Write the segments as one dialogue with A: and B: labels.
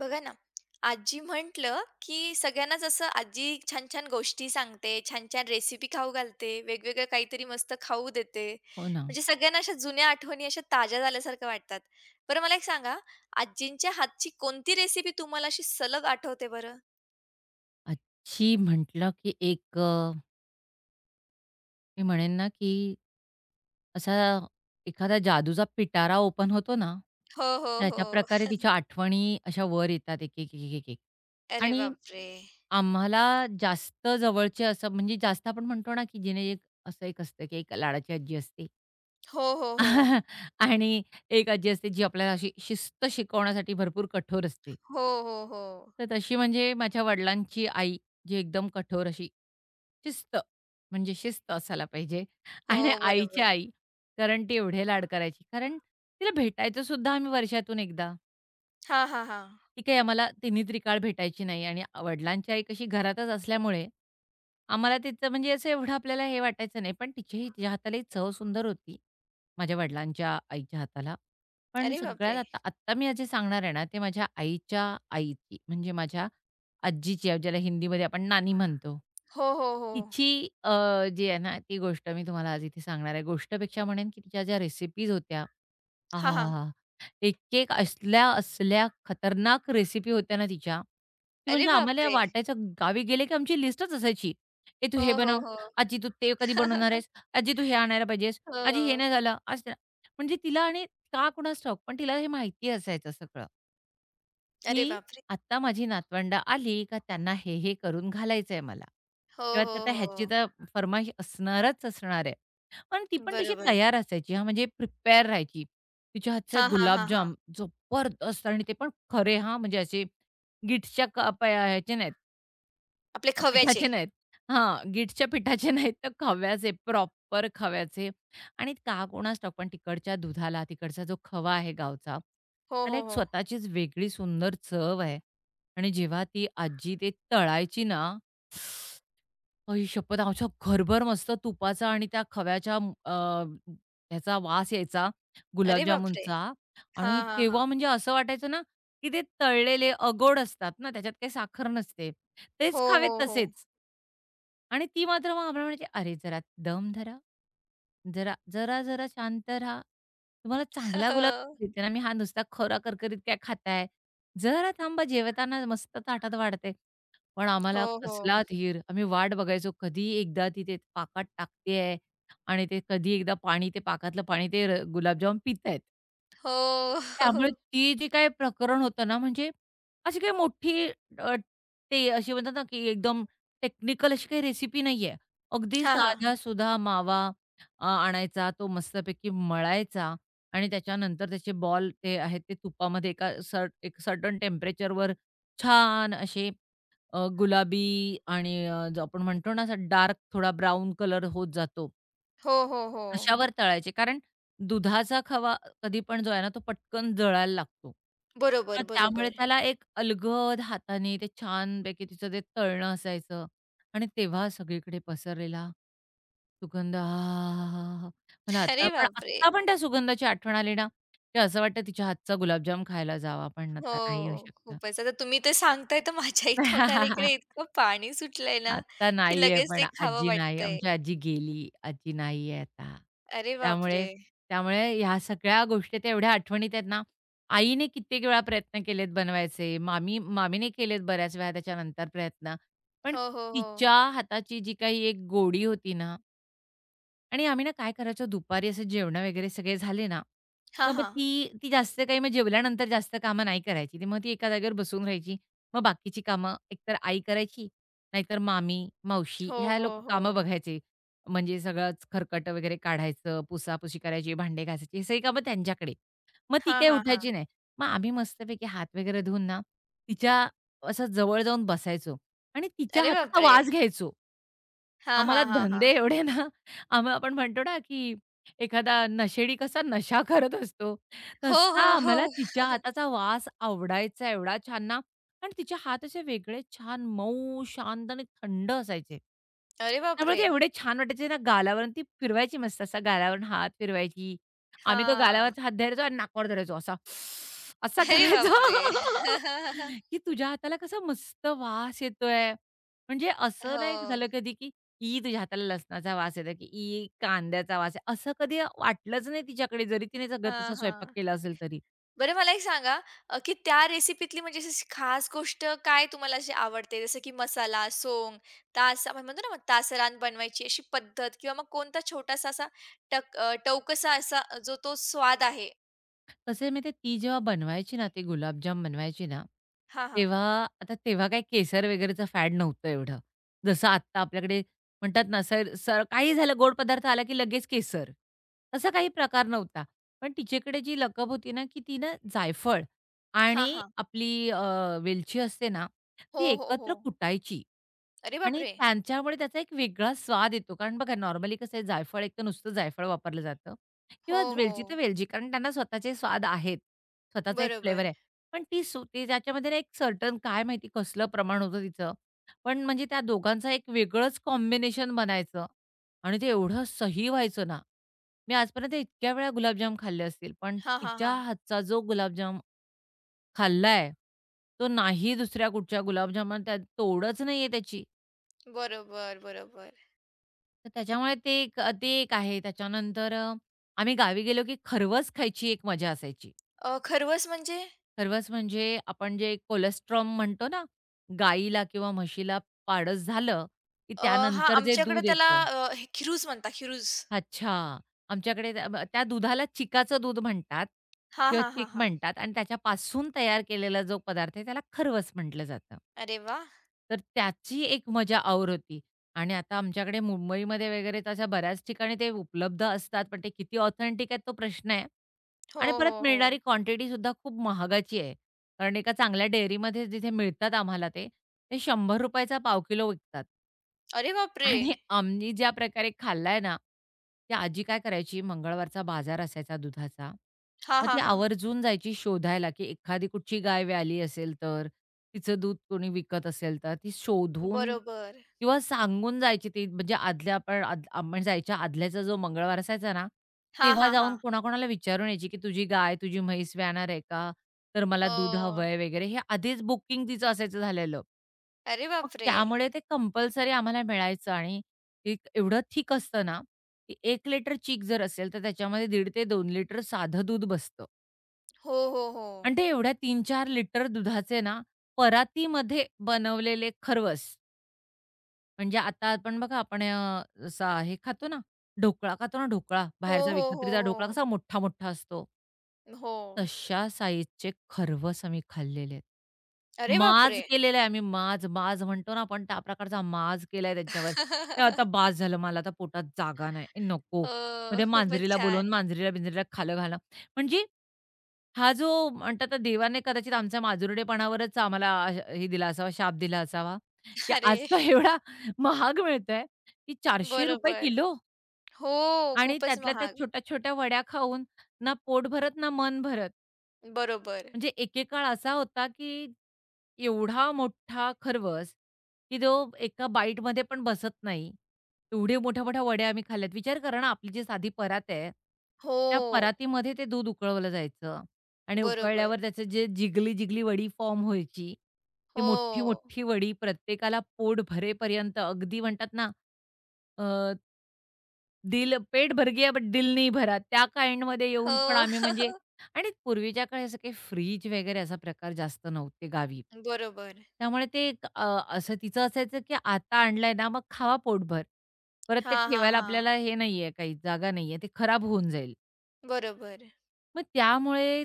A: बघा ना, आजी म्हटलं, की सगळ्यांनाच असं आजी छान-छान गोष्टी सांगते, छान-छान रेसिपी खाऊ घालते, वेगवेगळं काहीतरी मस्त खाऊ देते.
B: हो ना.
A: म्हणजे सगळ्यांना अशा जुन्या आठवणी अशा ताज्या झाल्यासारख्या वाटतात. बरं मला एक सांगा, आजींच्या हातची कोणती रेसिपी तुम्हाला अशी सलग आठवते बरं?
B: अच्छी म्हटलं की एक मी म्हणेन ना, की असा एखादा जादूचा पिटारा ओपन होतो ना,
A: हो, हो,
B: त्याच्या प्रकारे
A: हो.
B: तिच्या आठवणी अशा वर येतात एक, एक, एक, एक, एक.
A: अरे
B: आणि
A: बापरे!
B: आम्हाला जास्त जवळचे असं म्हणजे जास्त आपण म्हणतो ना, की जिने एक असं एक असतं, की एक लाडाची आजी असते.
A: हो, हो, हो.
B: आणि एक आजी असते, जी आपल्याला अशी शिस्त शिकवण्यासाठी भरपूर कठोर असते.
A: हो, हो, हो.
B: तर तशी म्हणजे माझ्या वडिलांची आई, जी एकदम कठोर अशी शिस्त, म्हणजे शिस्त असायला पाहिजे आणि
A: हो,
B: आईची
A: बरोबर.
B: आई, कारण ती एवढे लाड करायची. कारण तिला भेटायचो सुद्धा आम्ही वर्षातून एकदा.
A: हां, हां, हां.
B: ती काही आम्हाला तिन्ही-त्रिकाळ भेटायची नाही आणि वडिलांची आई कशी घरातच असल्यामुळे, आम्हाला तिचं म्हणजे असं एवढं आपल्याला हे वाटायचं नाही. पण तिचीही तिच्या हातालाही चव सुंदर होती, माझ्या वडिलांच्या आईच्या हाताला. पण
A: अरे
B: सगळ्यात
A: बापरे!
B: आता आत्ता मी जे सांगणार आहे ना, ते माझ्या आईच्या आईची, म्हणजे माझ्या आजीची, ज्याला हिंदीमध्ये आपण नानी म्हणतो.
A: हो, हो, हो.
B: तिची जी आहे ना, ती गोष्ट मी तुम्हाला आज इथे सांगणार आहे. गोष्टपेक्षा म्हणेन की तिच्या ज्या रेसिपीज होत्या
A: हां, हां.
B: आहाहा! एक एक असल्या असल्या खतरनाक रेसिपी होत्या ना तिच्या, की
A: अरे
B: म्हणजे आम्हाला
A: बापरे!
B: वाटायचं गावी गेले की आमची लिस्टच असायची. "ए तू
A: हो,
B: हे
A: हो,
B: बनव,
A: हो.
B: आजी तू ते कधी बनवणार आहेस? आजी तू हे आणायला पाहिजेस, आजी हे
A: हो.
B: नाही झालं, आज" म्हणजे तिला आणि का कुणास ठाऊक, पण तिला हे माहिती असायचं सगळं.
A: अरे
B: की
A: बापरे!
B: आत्ता माझी नातवंड आली का त्यांना हे करून घालायचंय मला
A: हो,
B: किंवा
A: हो,
B: आता
A: हो.
B: ह्याची तर फर्माईश असणारच असणार आहे. पण ती पण तशी
A: बरोबर.
B: तयार असायची हां, म्हणजे प्रिपेअर राहायची. तिच्या हातचे
A: हां, हां, हां, हां.
B: गुलाबजाम जबरदस्त आणि ते पण खरे हां, म्हणजे असे गिट्सच्या कप ह्याचे नाहीत.
A: आपले खव्याचे.
B: पिठाचे नाहीत. हां, गिठच्या पिठाचे नाहीत, तर खव्याचे, प्रॉपर खव्याचे आणि का कोणास ठाऊक पण तिकडच्या दुधाला, तिकडचा जो खवा आहे गावचा,
A: हो,
B: त्याला
A: हो,
B: एक
A: हो.
B: स्वतःचीच वेगळी सुंदर चव आहे आणि जेव्हा ती आजी ते तळायची ना, आई शपथ! असा घरभर मस्त तुपाचा आणि त्या खव्याच्या ह्याचा वास यायचा
A: अरे बापरे!
B: गुलाबजामुनचा आणि
A: हां, हां, हां.
B: तेव्हा म्हणजे असं वाटायचं ना, की ते तळलेले अगोड असतात ना, त्याच्यात काही साखर नसते. तेच
A: हो,
B: खावेत
A: हो, हो.
B: तसेच आणि ती मात्र मग आम्हाला म्हणायची, "अरे जरा दम धरा. जरा, जरा, जरा शांत राहा. तुम्हाला चांगला गुलाबजाम देते ना मी, हा नुसता खोरा करकरीत काय खाताय? जरा थांबा, जेवताना मस्त ताटात वाढते." पण आम्हाला
A: हो,
B: कसला
A: हो.
B: धीर. आम्ही वाट बघायचो कधी एकदा ती ते पाकात टाकते आणि ते कधी एकदा पाणी ते पाकातलं पाणी ते र गुलाबजाम पितायत.
A: हो.
B: त्यामुळे ती जे काही प्रकरण होतं ना, म्हणजे अशी काही मोठी अ, ते अशी म्हणतात ना, की एकदम टेक्निकल अशी काही रेसिपी नाहीये. अगदी
A: हां, हां.
B: साधा-सुधा मावा आणायचा, तो मस्तपैकी मळायचा आणि त्याच्यानंतर त्याचे बॉल ते आहेत ते तुपामध्ये एका सर्ट एक सर्टन टेम्परेचरवर छान असे गुलाबी आणि जो आपण म्हणतो ना असा डार्क थोडा ब्राउन कलर होत जातो,
A: हो, हो, हो.
B: तशावर तळायचे. कारण दुधाचा खवा कधी पण जो आहे ना, तो पटकन जळायला लागतो. तर
A: बरोबर,
B: त्यामुळे
A: बरोबर.
B: त्याला एक अलगद हाताने ते छानपैकी तिचं ते तळणं असायचं आणि तेव्हा सगळीकडे पसरलेला सुगंध आहाहाहा! मला आता
A: अरे
B: पण
A: बापरे!
B: आत्ता पण त्या सुगंधाची आठवण आली ना, की असं वाटतं तिच्या हातचा गुलाबजाम खायला जावं आपण, आता नाही येऊ
A: हो,
B: शकत.
A: खूपच. आता तुम्ही ते सांगताय तर माझ्याही तोंडाला इकडे इतकं पाणी सुटलंय ना,
B: आता
A: की
B: नाहीये
A: लगेच
B: पण
A: ते खावं
B: आजी नाही.
A: वाटतंय.
B: आमची आजी गेली. आजी नाहीये आता.
A: अरे
B: त्यामुळे
A: बापरे!
B: त्यामुळे ह्या सगळ्या गोष्टी त्या एवढ्या आठवणीत आहेत ना, आईने कित्येक वेळा प्रयत्न केलेत बनवायचे. मामीने केलेत बऱ्याच वेळा त्याच्यानंतर प्रयत्न. पण
A: हो, हो, हो.
B: तिच्या हाताची जी काही एक गोडी होती ना, आणि आम्ही ना काय करायचो दुपारी असं जेवणं वगैरे सगळे झाले ना, तर
A: हां,
B: मग
A: हां.
B: ती ती जास्त काही मग जेवल्यानंतर जास्त कामं नाही करायची. ती मग ती एका जागेवर बसून राहायची. मग बाकीची कामं एकतर आई करायची, नाहीतर मामी, मावशी
A: हो,
B: ह्या
A: हो,
B: लोकं
A: हो.
B: कामं बघायचे. म्हणजे सगळंच खरकटं वगैरे काढायचं, पुसापुशी करायची, भांडे घासायची, हे सगळी कामं त्यांच्याकडे. मग ती
A: हां,
B: काही
A: हां, हां.
B: उठायची नाही. मग आम्ही मस्तपैकी हात वगैरे धुवून ना, तिच्या असं जवळ जाऊन बसायचो आणि तिच्या
A: अरे
B: हाताचा
A: बापरे!
B: वास घ्यायचो.
A: हां,
B: आम्हाला
A: हां, हां, हां.
B: धंदे एवढे ना आपण म्हणतो ना, की एखादा नशेडी कसा नशा करत असतो,
A: हो,
B: तसा
A: हो,
B: आम्हाला
A: हो.
B: तिच्या हाताचा वास आवडायचा एवढा छान ना आणि तिचे हात असे वेगळे छान मऊ, शांत आणि थंड असायचे.
A: अरे
B: त्यामुळे
A: बापरे!
B: ते एवढे छान वाटायचे ना गालावरून ती फिरवायची मस्त असा गालावरून हात फिरवायची. आम्ही तो
A: हां.
B: गालावरचा हात धरायचो आणि नाकावर धरायचो असा. असा
A: अरे
B: करायचो,
A: बापरे!
B: की तुझ्या हाताला कसा मस्त वास येतोय. म्हणजे असं नाही
A: हो.
B: झालं कधी, की "ई, तुझ्या हाताला लसणाचा वास येतो," की "ई, कांद्याचा वास आहे." असं कधी वाटलंच नाही तिच्याकडे, जरी तिने सगळं तसा
A: हां,
B: स्वयंपाक
A: हां.
B: केला असेल तरी.
A: बरं मला एक सांगा, की त्या रेसिपीतली म्हणजे अशी खास गोष्ट काय तुम्हाला अशी आवडते? जसं की मसाला, सोंग, तास आपण म्हणतो ना मग तासरान बनवायची अशी पद्धत किंवा मग कोणता छोटासा असा टवकसा असा जो तो स्वाद आहे?
B: कसं आहे माहिती ती जेव्हा बनवायची ना, ते गुलाबजाम बनवायची ना,
A: हां, हां.
B: तेव्हा आता तेव्हा काही केसर वगैरेचं फॅड नव्हतं एवढं. जसं आत्ता आपल्याकडे म्हणतात ना, सर सर काही झालं गोड पदार्थ आला की लगेच केसर, असा काही प्रकार नव्हता. पण तिच्याकडे जी लकब होती ना, की ती ना जायफळ
A: हां,
B: आणि
A: हां.
B: आपली वेलची असते ना,
A: हो,
B: ती
A: हो, हो.
B: एकत्र कुटायची
A: अरे
B: आणि
A: बापरे!
B: त्यांच्यामुळे त्याचा एक वेगळा स्वाद येतो. कारण बघा, नॉर्मली कसं आहे, जायफळ एकतर नुसतं जायफळ वापरलं जातं किंवा
A: हो, हो.
B: वेलची तर वेलची, कारण त्यांना स्वतःचे स्वाद आहेत. स्वतःचा एक फ्लेवर
A: बरोबर.
B: आहे. पण ती त्याच्यामध्ये ना एक सर्टन काय माहिती कसलं प्रमाण होतं तिचं. पण म्हणजे त्या दोघांचं एक वेगळंच कॉम्बिनेशन बनायचं आणि ते एवढं सही व्हायचं ना. मी आजपर्यंत इतक्या वेळा गुलाबजाम खाल्ले असतील, पण
A: हां, हां,
B: तिच्या
A: हां.
B: हातचा जो गुलाबजाम खाल्लाय, तो नाही दुसऱ्या कुठच्या गुलाबजामला त्यात तोडच नाहीये त्याची.
A: बरोबर, बरोबर.
B: तर त्याच्यामुळे ते एक आहे. त्याच्यानंतर आम्ही गावी गेलो की खरवस खायची एक मजा असायची.
A: खरवस म्हणजे?
B: सर्वच म्हणजे आपण जे कोलेस्ट्रॉल म्हणतो ना, गाईला किंवा म्हशीला पाडस झालं, की
A: अ, हां,
B: त्यानंतर जे
A: आमच्याकडे
B: दूध
A: त्याला
B: येतं.
A: हे खिरूज म्हणतात खिरूज.
B: अच्छा. आमच्याकडे त्या त्या दुधाला चिकाचं दूध म्हणतात
A: हां,
B: किंवा
A: हां, हां,
B: चिक
A: हां.
B: म्हणतात आणि त्याच्यापासून तयार केलेला जो पदार्थ आहे त्याला खरवस म्हटलं जातं.
A: अरे वाह!
B: तर त्याची एक मजा और होती. आणि आता आमच्याकडे मुंबईमध्ये वगैरे तशा बऱ्याच ठिकाणी ते उपलब्ध असतात, पण ते किती ऑथेंटिक आहेत तो प्रश्न आहे.
A: हो,
B: आणि
A: हो,
B: परत
A: हो.
B: मिळणारी क्वांटिटीसुद्धा खूप महागाची आहे. कारण एका चांगल्या डेअरीमध्ये जिथे मिळतात आम्हाला ते, ते ₹100 चा पाव किलो विकतात.
A: अरे बापरे!
B: आणि आम्ही ज्या प्रकारे खाल्लाय ना, ती आजी काय करायची मंगळवारचा बाजार असायचा दुधाचा.
A: हां,
B: मग ती
A: हां, हां.
B: आवर्जून जायची शोधायला, की एखादी कुठची गाय व्याली असेल तर तिचं दूध कोणी विकत असेल तर, ती शोधून
A: बरोबर.
B: किंवा सांगून जायची ती. म्हणजे आदल्या आपण आद आपण जायच्या आदल्याचा जो मंगळवार असायचा ना,
A: हां,
B: तेव्हा
A: हां,
B: जाऊन
A: हां.
B: कोणाकोणाला विचारून यायची, की "तुझी गाय, तुझी म्हैस व्याणार आहे का? तर मला दूध
A: हो.
B: हवंय" वगैरे. हे आधीच बुकिंग तिचं असायचं झालेलं.
A: अरे
B: मग
A: बापरे!
B: त्यामुळे ते कंपल्सरी आम्हाला मिळायचं आणि ते एवढं थिक असतं ना, की 1 लिटर चीक जर असेल, तर त्याच्यामध्ये 1.5 ते 2 लिटर साधं दूध बसतं.
A: हो, हो, हो.
B: आणि ते एवढ्या 3-4 लिटर दुधाचे ना, परातीमध्ये बनवलेले खरवस. म्हणजे आता आपण बघा, आपण असा हे खातो ना, ढोकळा खातो ना, ढोकळा
A: हो,
B: बाहेरचा
A: हो, हो,
B: विकत्रीचा ढोकळा
A: हो.
B: कसा मोठा-मोठा असतो,
A: हो.
B: तशा साइजचे खरवस आम्ही खाल्लेले आहेत.
A: अरे
B: माज
A: बापरे!
B: केलेला आहे आम्ही माज, माज म्हणतो ना आपण त्या प्रकारचा माज केलाय त्यांच्यावर. "ए आता बास झालं, मला आता पोटात जागा नाही. ए नको."
A: अ,
B: मग ते
A: खूपच
B: मांजरीला बोलवून
A: छान.
B: मांजरीला-बिंजरीला खायला घालणं. म्हणजे हा जो म्हणतात ना, देवाने कदाचित आमच्या माजुरडेपणावरच आम्हाला हे दिला असावा, शाप दिला असावा, की आज
A: अरे
B: तर एवढा महाग मिळतोय, की ₹400
A: बरोबर.
B: किलो
A: हो,
B: आणि
A: खूपच
B: त्यातल्या त्या
A: महाग.
B: छोट्या-छोट्या वड्या खाऊन ना पोट भरत ना मन भरत.
A: बरोबर.
B: म्हणजे एकेकाळ असा होता, की एवढा मोठा खरवस, की तो एका बाईटमध्ये पण बसत नाही. एवढे मोठ्या-मोठ्या वड्या आम्ही खाल्ल्यात. विचार करा ना, आपली जी साधी परात आहे, त्या
A: हो.
B: परातीमध्ये ते दूध उकळवलं जायचं आणि
A: बरोबर.
B: उकळल्यावर त्याचं जे जिगली-जिगली वडी फॉर्म व्हायची. ती
A: हो.
B: मोठी-मोठी वडी प्रत्येकाला पोट भरेपर्यंत अगदी म्हणतात ना, दिल पेट भर गया बट दिल नहीं भरा. त्या काइंडमध्ये येऊन पण
A: हो.
B: आम्ही म्हणजे आणि पूर्वीच्या काळी असं काही फ्रीज वगैरे असा प्रकार जास्त नव्हते गावी.
A: बरोबर.
B: त्यामुळे ते एक असं तिचं असायचं, की आता आणलंय ना, मग खावा पोटभर. परत ते
A: हां, हां,
B: ठेवायला
A: हां.
B: आपल्याला हे नाहीये काही जागा नाहीये. ते खराब होऊन जाईल.
A: बरोबर.
B: मग त्यामुळे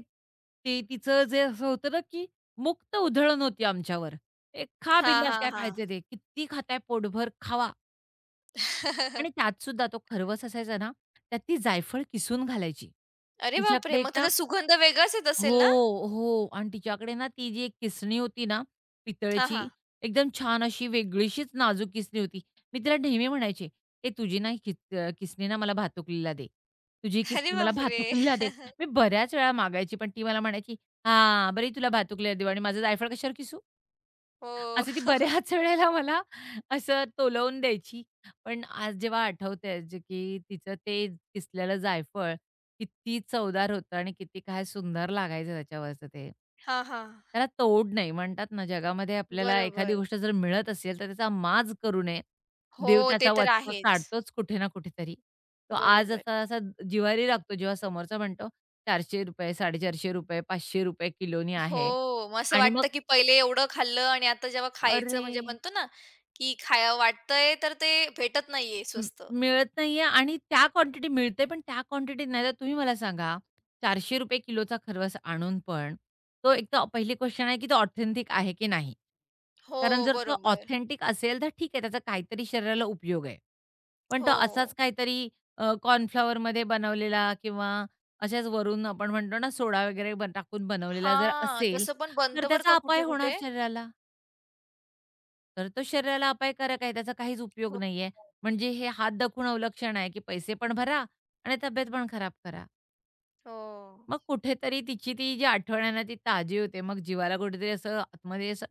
B: ते तिचं जे असं होतं ना, की मुक्त उधळण होती आमच्यावर. "ए खा
A: हां,
B: बिंदास
A: हां,
B: काय
A: हां.
B: खायचं ते. किती खाताय पोटभर खावा." आणि त्यात सुद्धा तो खरवस असायचा ना, त्यात ती जायफळ किसून घालायची.
A: अरे बापरे!
B: तिच्याकडे एक
A: मग
B: ना
A: त्याचा सुगंध वेगळाच येत
B: हो,
A: असेल ना?
B: हो आणि तिच्याकडे ना ती जी एक किसणी होती ना
A: हां,
B: पितळेची,
A: हां.
B: एकदम छान अशी वेगळीशीच नाजूक किसणी होती. मी तिला नेहमी म्हणायचे, "ए तुझी ना किसणी ना मला भातुकलीला दे. तुझी
A: अरे
B: किसणी मला
A: बापरे!
B: भातुकलीला दे." मी बऱ्याच वेळा मागायची, पण ती मला म्हणायची, "हां, बरं तुला भातुकलीला देऊ आणि माझं जायफळ कशावर किसू?"
A: हो.
B: असे ती बऱ्याच वेळेला मला असं तोलवून द्यायची. पण आज जेव्हा आठवतंय जे की तिचं ते किसलेलं जायफळ किती चवदार होतं आणि किती काय सुंदर लागायचं त्याच्यावरचं ते.
A: हां, हां.
B: त्याला तोड नाही. म्हणतात ना, जगामध्ये आपल्याला एखादी
A: बरोबर.
B: गोष्ट जर मिळत असेल, तर त्याचा माज करू नये.
A: हो,
B: देव
A: ते
B: त्याचा
A: तर
B: वचपा
A: आहेच.
B: काढतोच कुठे ना कुठेतरी. तो आज
A: बरोबर.
B: असा असा जिव्हारी लागतो जेव्हा समोरचा म्हणतो ₹400, ₹450, ₹500 किलोनी आहे
A: हो, मग असं
B: आणि मग
A: वाटतं, की पहिले एवढं खाल्लं आणि आता जेव्हा
B: अरे
A: खायचं म्हणजे म्हणतो ना, की खावं वाटतंय तर ते भेटत नाहीये
B: म
A: स्वस्त.
B: मिळत नाहीये आणि त्या क्वांटिटी मिळते, पण त्या क्वांटिटीत नाही. तर तुम्ही मला सांगा, ₹400 किलोचा खरवस आणून पण तो एक तर पहिली क्वेश्चन आहे, की तो ऑथेंटिक आहे की नाही?
A: हो,
B: कारण जर तो
A: बरोबर.
B: ऑथेंटिक असेल, तर ठीक आहे, त्याचा काहीतरी शरीराला उपयोग आहे. पण तो असाच
A: हो.
B: काहीतरी कॉर्नफ्लॉवरमध्ये बनवलेला किंवा अशाच वरून आपण म्हणतो ना, सोडा वगैरे टाकून बनवलेला जर
A: हां,
B: असेल,
A: तसं पण
B: तर
A: बनतं बरं
B: त्याचा
A: का
B: अपाय होणार
A: कुठे-कुठे.
B: शरीराला. तर तो शरीराला अपायकारक आहे, त्याचा काहीच उपयोग
A: हो,
B: नाहीये. म्हणजे हे हात दाखवून अवलक्षण आहे, की पैसे पण भरा आणि तब्येत पण खराब करा.
A: हो.
B: मग कुठेतरी तिची ती जी आठवण आहे ना, ती ताजी होते. मग जीवाला कुठेतरी असं आतमध्ये असं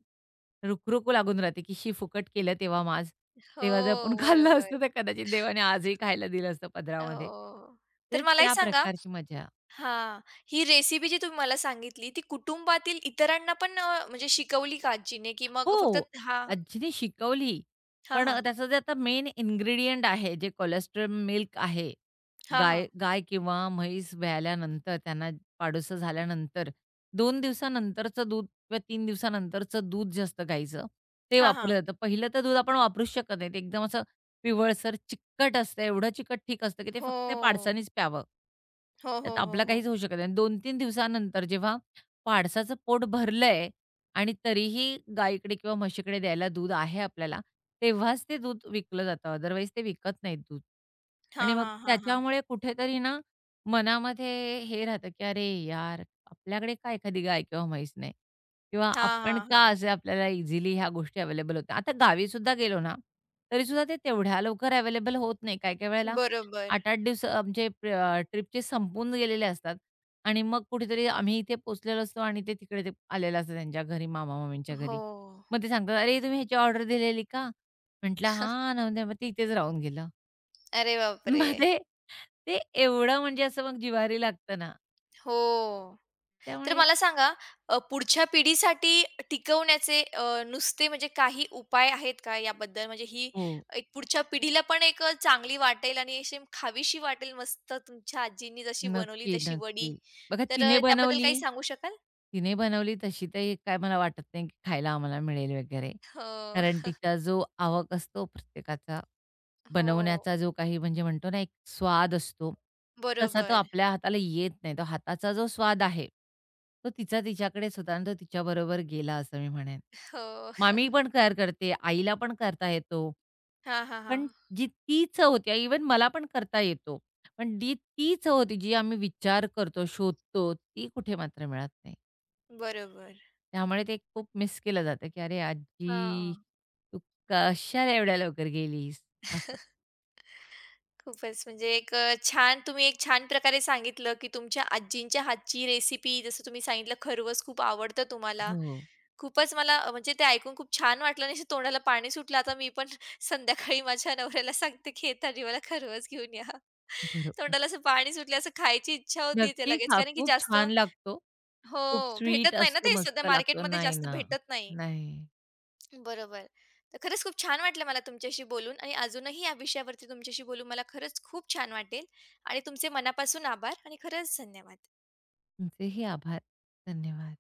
B: रुखरुखू लागून राहते, की शी फुकट केलं तेव्हा मांस.
A: हो,
B: तेव्हा जर आपण खाल्लं
A: बरोबर.
B: असतं, तर कदाचित देवाने आजही खायला दिलं असतं पदरामध्ये.
A: हो.
B: तर
A: तर मला एक
B: त्या
A: सांगा,
B: प्रकारची मजा.
A: हां, ही रेसिपी जी तुम्ही मला सांगितली, ती कुटुंबातील इतरांना पण म्हणजे शिकवली का आजीने? की मग फक्त
B: हो.
A: हां,
B: आजीने शिकवली.
A: हां,
B: पण
A: हां.
B: त्याचं जे आता मेन इन्ग्रीडियंट आहे, जे कोलेस्ट्रॉल मिल्क आहे,
A: हां,
B: गाय
A: हां.
B: गाय किंवा म्हैस व्याल्यानंतर, त्यांना पाडूसं झाल्यानंतर 2 दिवसानंतरचं दूध किंवा 3 दिवसानंतरचं दूध जे असतं गाईचं, ते
A: हां,
B: वापरलं
A: हां.
B: जातं. पहिलं तर दूध आपण वापरूच शकत नाही. ते एकदम असं पिवळसर चिकट असतं. एवढं चिकट ठीक असतं, की ते
A: हो.
B: फक्त त्या पाडसानीच प्यावं.
A: हो,
B: त्यात
A: हो, हो,
B: आपलं काहीच
A: हो.
B: होऊ शकत नाही. 2-3 दिवसानंतर जेव्हा पाडसाचं पोट भरलंय आणि तरीही गाईकडे किंवा म्हशीकडे द्यायला दूध आहे आपल्याला, तेव्हाच ते दूध विकलं जातं. अदरवाईज ते विकत नाहीत दूध.
A: हां,
B: आणि मग
A: हां, हां, हां.
B: त्याच्यामुळे कुठेतरी ना मनामध्ये हे राहतं, की "अरे यार, आपल्याकडे का एखादी गाय किंवा म्हैस नाही?" किंवा
A: हां,
B: आपण
A: हां,
B: का
A: हां.
B: असे आपल्याला इझिली ह्या गोष्टी अवेलेबल होत्या. आता गावीसुद्धा गेलो ना, तरीसुद्धा ते तेवढ्या लवकर अवेलेबल होत नाही. काही-काही वेळेला
A: बरोबर.
B: 8-8 दिवस आमचे ट्रिपचे संपून गेलेले असतात आणि मग कुठेतरी आम्ही इथे पोहोचलेलो असतो आणि ते तिकडे ते आलेलं असतं त्यांच्या घरी, मामा-मामींच्या
A: हो.
B: घरी. मग ते सांगतात, "अरे, तुम्ही ह्याची ऑर्डर दिलेली का?" म्हटलं, "हां." नव्हते मग ते इथेच राहून गेलं.
A: अरे बापरे!
B: मग ते ते एवढं म्हणजे असं मग जिव्हारी लागतं ना,
A: हो. तर
B: त्यामुळे
A: मला सांगा, पुढच्या पिढीसाठी टिकवण्याचे नुसते म्हणजे काही उपाय आहेत का याबद्दल? म्हणजे ही
B: हो.
A: एक पुढच्या पिढीला पण एक चांगली वाटेल आणि अशी खावीशी वाटेल मस्त तुमच्या आजींनी जशी बनवली
B: नक्की,
A: तशी वडी.
B: नक्की. बघा
A: तर
B: तिने
A: त्याबद्दल
B: बनवली
A: काही सांगू शकाल?
B: तिने बनवली तशी तर काय मला वाटत नाही, की खायला आम्हाला मिळेल वगैरे.
A: हो.
B: कारण तिचा जो आवक असतो प्रत्येकाचा,
A: हो.
B: बनवण्याचा जो काही म्हणजे म्हणतो ना एक स्वाद असतो, तसा तो
A: बरोबर.
B: आपल्या हाताला येत नाही. तो हाताचा जो स्वाद आहे, तो तिचा तिच्याकडेच होता आणि तो तिच्याबरोबर गेला असं मी म्हणेन.
A: हो.
B: मामी पण तयार करते, आईला पण करता येतो.
A: हां, हां,
B: पण
A: हां.
B: जी ती चव होती इव्हन मला पण करता येतो. पण डी तीच होती जी आम्ही विचार करतो, शोधतो, ती कुठे मात्र मिळत नाही.
A: बरोबर.
B: त्यामुळे ते खूप मिस केलं जातं, की "अरे आजी,
A: हां.
B: तू कशाला एवढ्या लवकर गेलीस?" असं.
A: खूपच म्हणजे एक छान तुम्ही एक छान प्रकारे सांगितलं, की तुमच्या आजींच्या हातची रेसिपी जसं तुम्ही सांगितलं खरवस खूप आवडतं तुम्हाला.
B: हो.
A: खूपच मला म्हणजे ते ऐकून खूप छान वाटलं आणि असं तोंडाला पाणी सुटलं. आता मी पण संध्याकाळी माझ्या नवऱ्याला सांगते, "घे तर्रीवाला खरवस घेऊन या."
B: बरोबर.
A: तोंडाला असं पाणी सुटलं, असं खायची इच्छा होती ते
B: नक्की
A: लगेच.
B: खा.
A: कारण की
B: खूप
A: जास्त
B: छान लागतो.
A: हो,
B: खूप स्वीट
A: भेटत नाही ना
B: असतो,
A: ते सध्या
B: मस्त लागतो.
A: मार्केटमध्ये
B: नाही
A: जास्त
B: ना.
A: भेटत नाही.
B: नाही.
A: बरोबर. तर खरंच खूप छान वाटलं मला तुमच्याशी बोलून आणि अजूनही या विषयावरती तुमच्याशी बोलून मला खरंच खूप छान वाटेल आणि तुमचे मनापासून आभार आणि खरंच धन्यवाद.
B: तुमचेही आभार. धन्यवाद.